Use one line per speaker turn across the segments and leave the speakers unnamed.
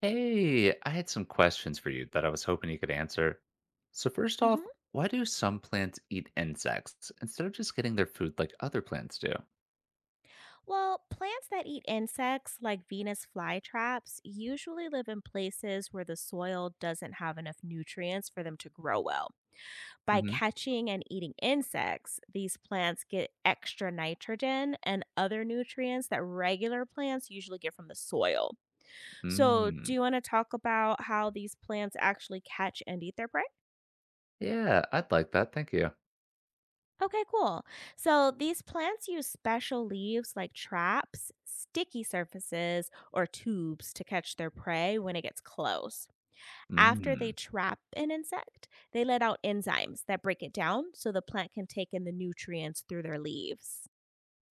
Hey, I had some questions for you that I was hoping you could answer. So, first off,
hmm
why do some plants eat insects instead of just getting their food like other plants do?
Well, plants that eat insects, like Venus flytraps, usually live in places where the soil doesn't have enough nutrients for them to grow well. By
Hmm.
catching and eating insects, these plants get extra nitrogen and other nutrients that regular plants usually get from the soil. So, do
Mm.
you want to talk about how these plants actually catch and eat their prey?
Yeah, I'd like that. Thank you.
Okay, cool. So these plants use special leaves like traps, sticky surfaces, or tubes to catch their prey when it gets close. After they
Mm.
trap an insect, they let out enzymes that break it down so the plant can take in the nutrients through their leaves.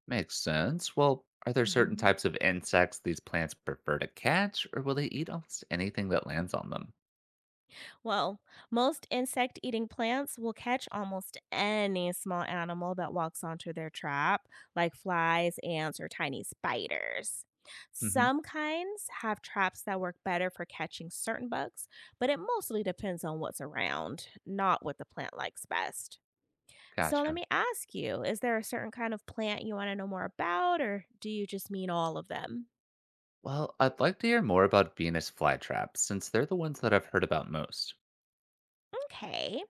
Makes sense. Well, are there certain
hmm
types of insects these plants prefer to catch, or will they eat almost anything that lands on them?
Well, most insect eating plants will catch almost any small animal that walks onto their trap, like flies, ants, or tiny spiders.
Hmm.
Some kinds have traps that work better for catching certain bugs, but it mostly depends on what's around, not what the plant likes best. So let
Gotcha.
me ask you, is there a certain kind of plant you want to know more about, or do you just mean all of them?
Well, I'd like to hear more about Venus flytraps since they're the ones that I've heard about most.
Okay.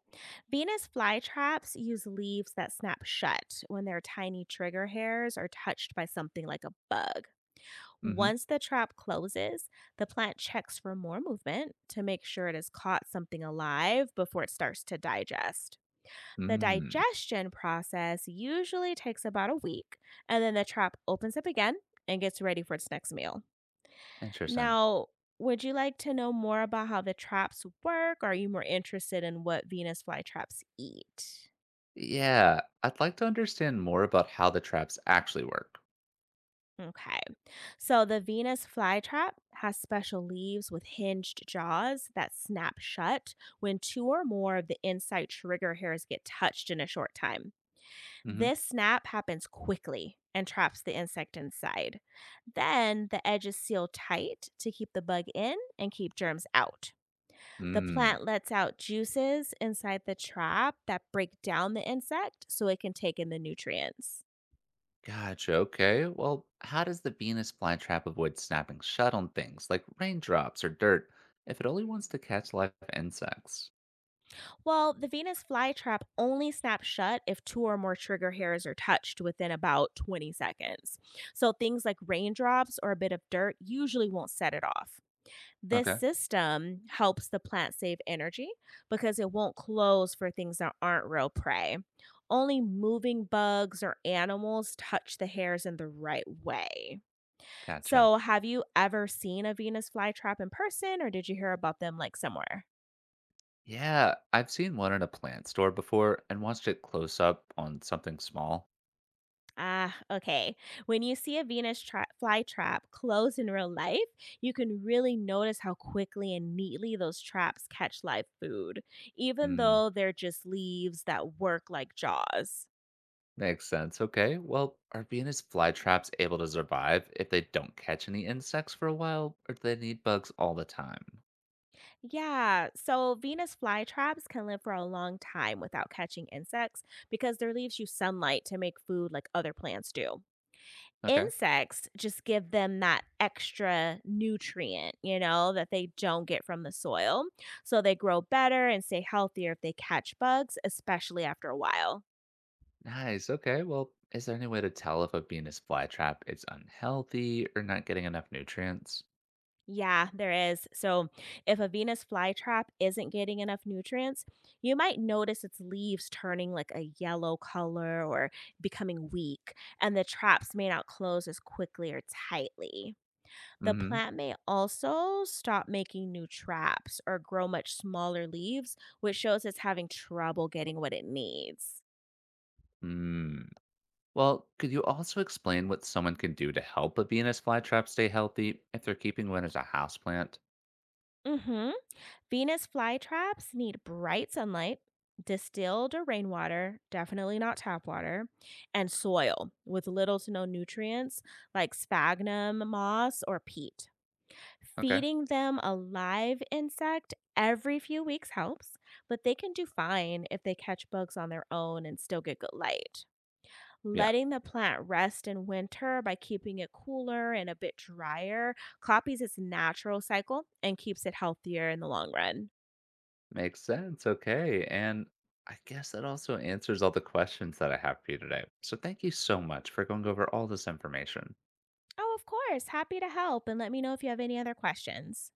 Venus flytraps use leaves that snap shut when their tiny trigger hairs are touched by something like a bug.
Hmm.
Once the trap closes, the plant checks for more movement to make sure it has caught something alive before it starts to digest. The
Mm.
digestion process usually takes about a week, and then the trap opens up again and gets ready for its next meal.
Interesting.
Now, would you like to know more about how the traps work? Or are you more interested in what Venus flytraps eat?
Yeah, I'd like to understand more about how the traps actually work.
Okay. So the Venus flytrap has special leaves with hinged jaws that snap shut when two or more of the inside trigger hairs get touched in a short time.
Hmm.
This snap happens quickly and traps the insect inside. Then the edges seal tight to keep the bug in and keep germs out. The
Mm,
plant lets out juices inside the trap that break down the insect so it can take in the nutrients.
gotcha. Okay. Well, how does the Venus flytrap avoid snapping shut on things like raindrops or dirt if it only wants to catch live insects?
Well, the Venus flytrap only snaps shut if two or more trigger hairs are touched within about 20 seconds. So things like raindrops or a bit of dirt usually won't set it off. This
Okay.
system helps the plant save energy because it won't close for things that aren't real prey. Only moving bugs or animals touch the hairs in the right way.
Gotcha.
So, have you ever seen a Venus flytrap in person, or did you hear about them like somewhere?
Yeah, I've seen one in a plant store before and watched it close up on something small.
Ah, okay. When you see a flytrap close in real life, you can really notice how quickly and neatly those traps catch live food, even
Mm,
though they're just leaves that work like jaws.
makes sense. Okay. Well, are Venus flytraps able to survive if they don't catch any insects for a while, or do they need bugs all the time?
Yeah, so Venus flytraps can live for a long time without catching insects because their leaves use sunlight to make food like other plants do.
Okay.
Insects just give them that extra nutrient, that they don't get from the soil. So they grow better and stay healthier if they catch bugs, especially after a while.
Nice. Okay. Well, is there any way to tell if a Venus flytrap is unhealthy or not getting enough nutrients?
Yeah, there is. So if a Venus flytrap isn't getting enough nutrients, you might notice its leaves turning like a yellow color or becoming weak, and the traps may not close as quickly or tightly. The
Mm-hmm.
plant may also stop making new traps or grow much smaller leaves, which shows it's having trouble getting what it needs.
Mm. Well, could you also explain what someone can do to help a Venus flytrap stay healthy if they're keeping one as a houseplant?
hmm Venus flytraps need bright sunlight, distilled or rainwater, definitely not tap water, and soil with little to no nutrients like sphagnum moss or peat.
Okay.
Feeding them a live insect every few weeks helps, but they can do fine if they catch bugs on their own and still get good light.
Yeah.
Letting the plant rest in winter by keeping it cooler and a bit drier copies its natural cycle and keeps it healthier in the long run.
Makes sense. Okay. And I guess that also answers all the questions that I have for you today. So thank you so much for going over all this information.
Oh, of course. Happy to help. And let me know if you have any other questions.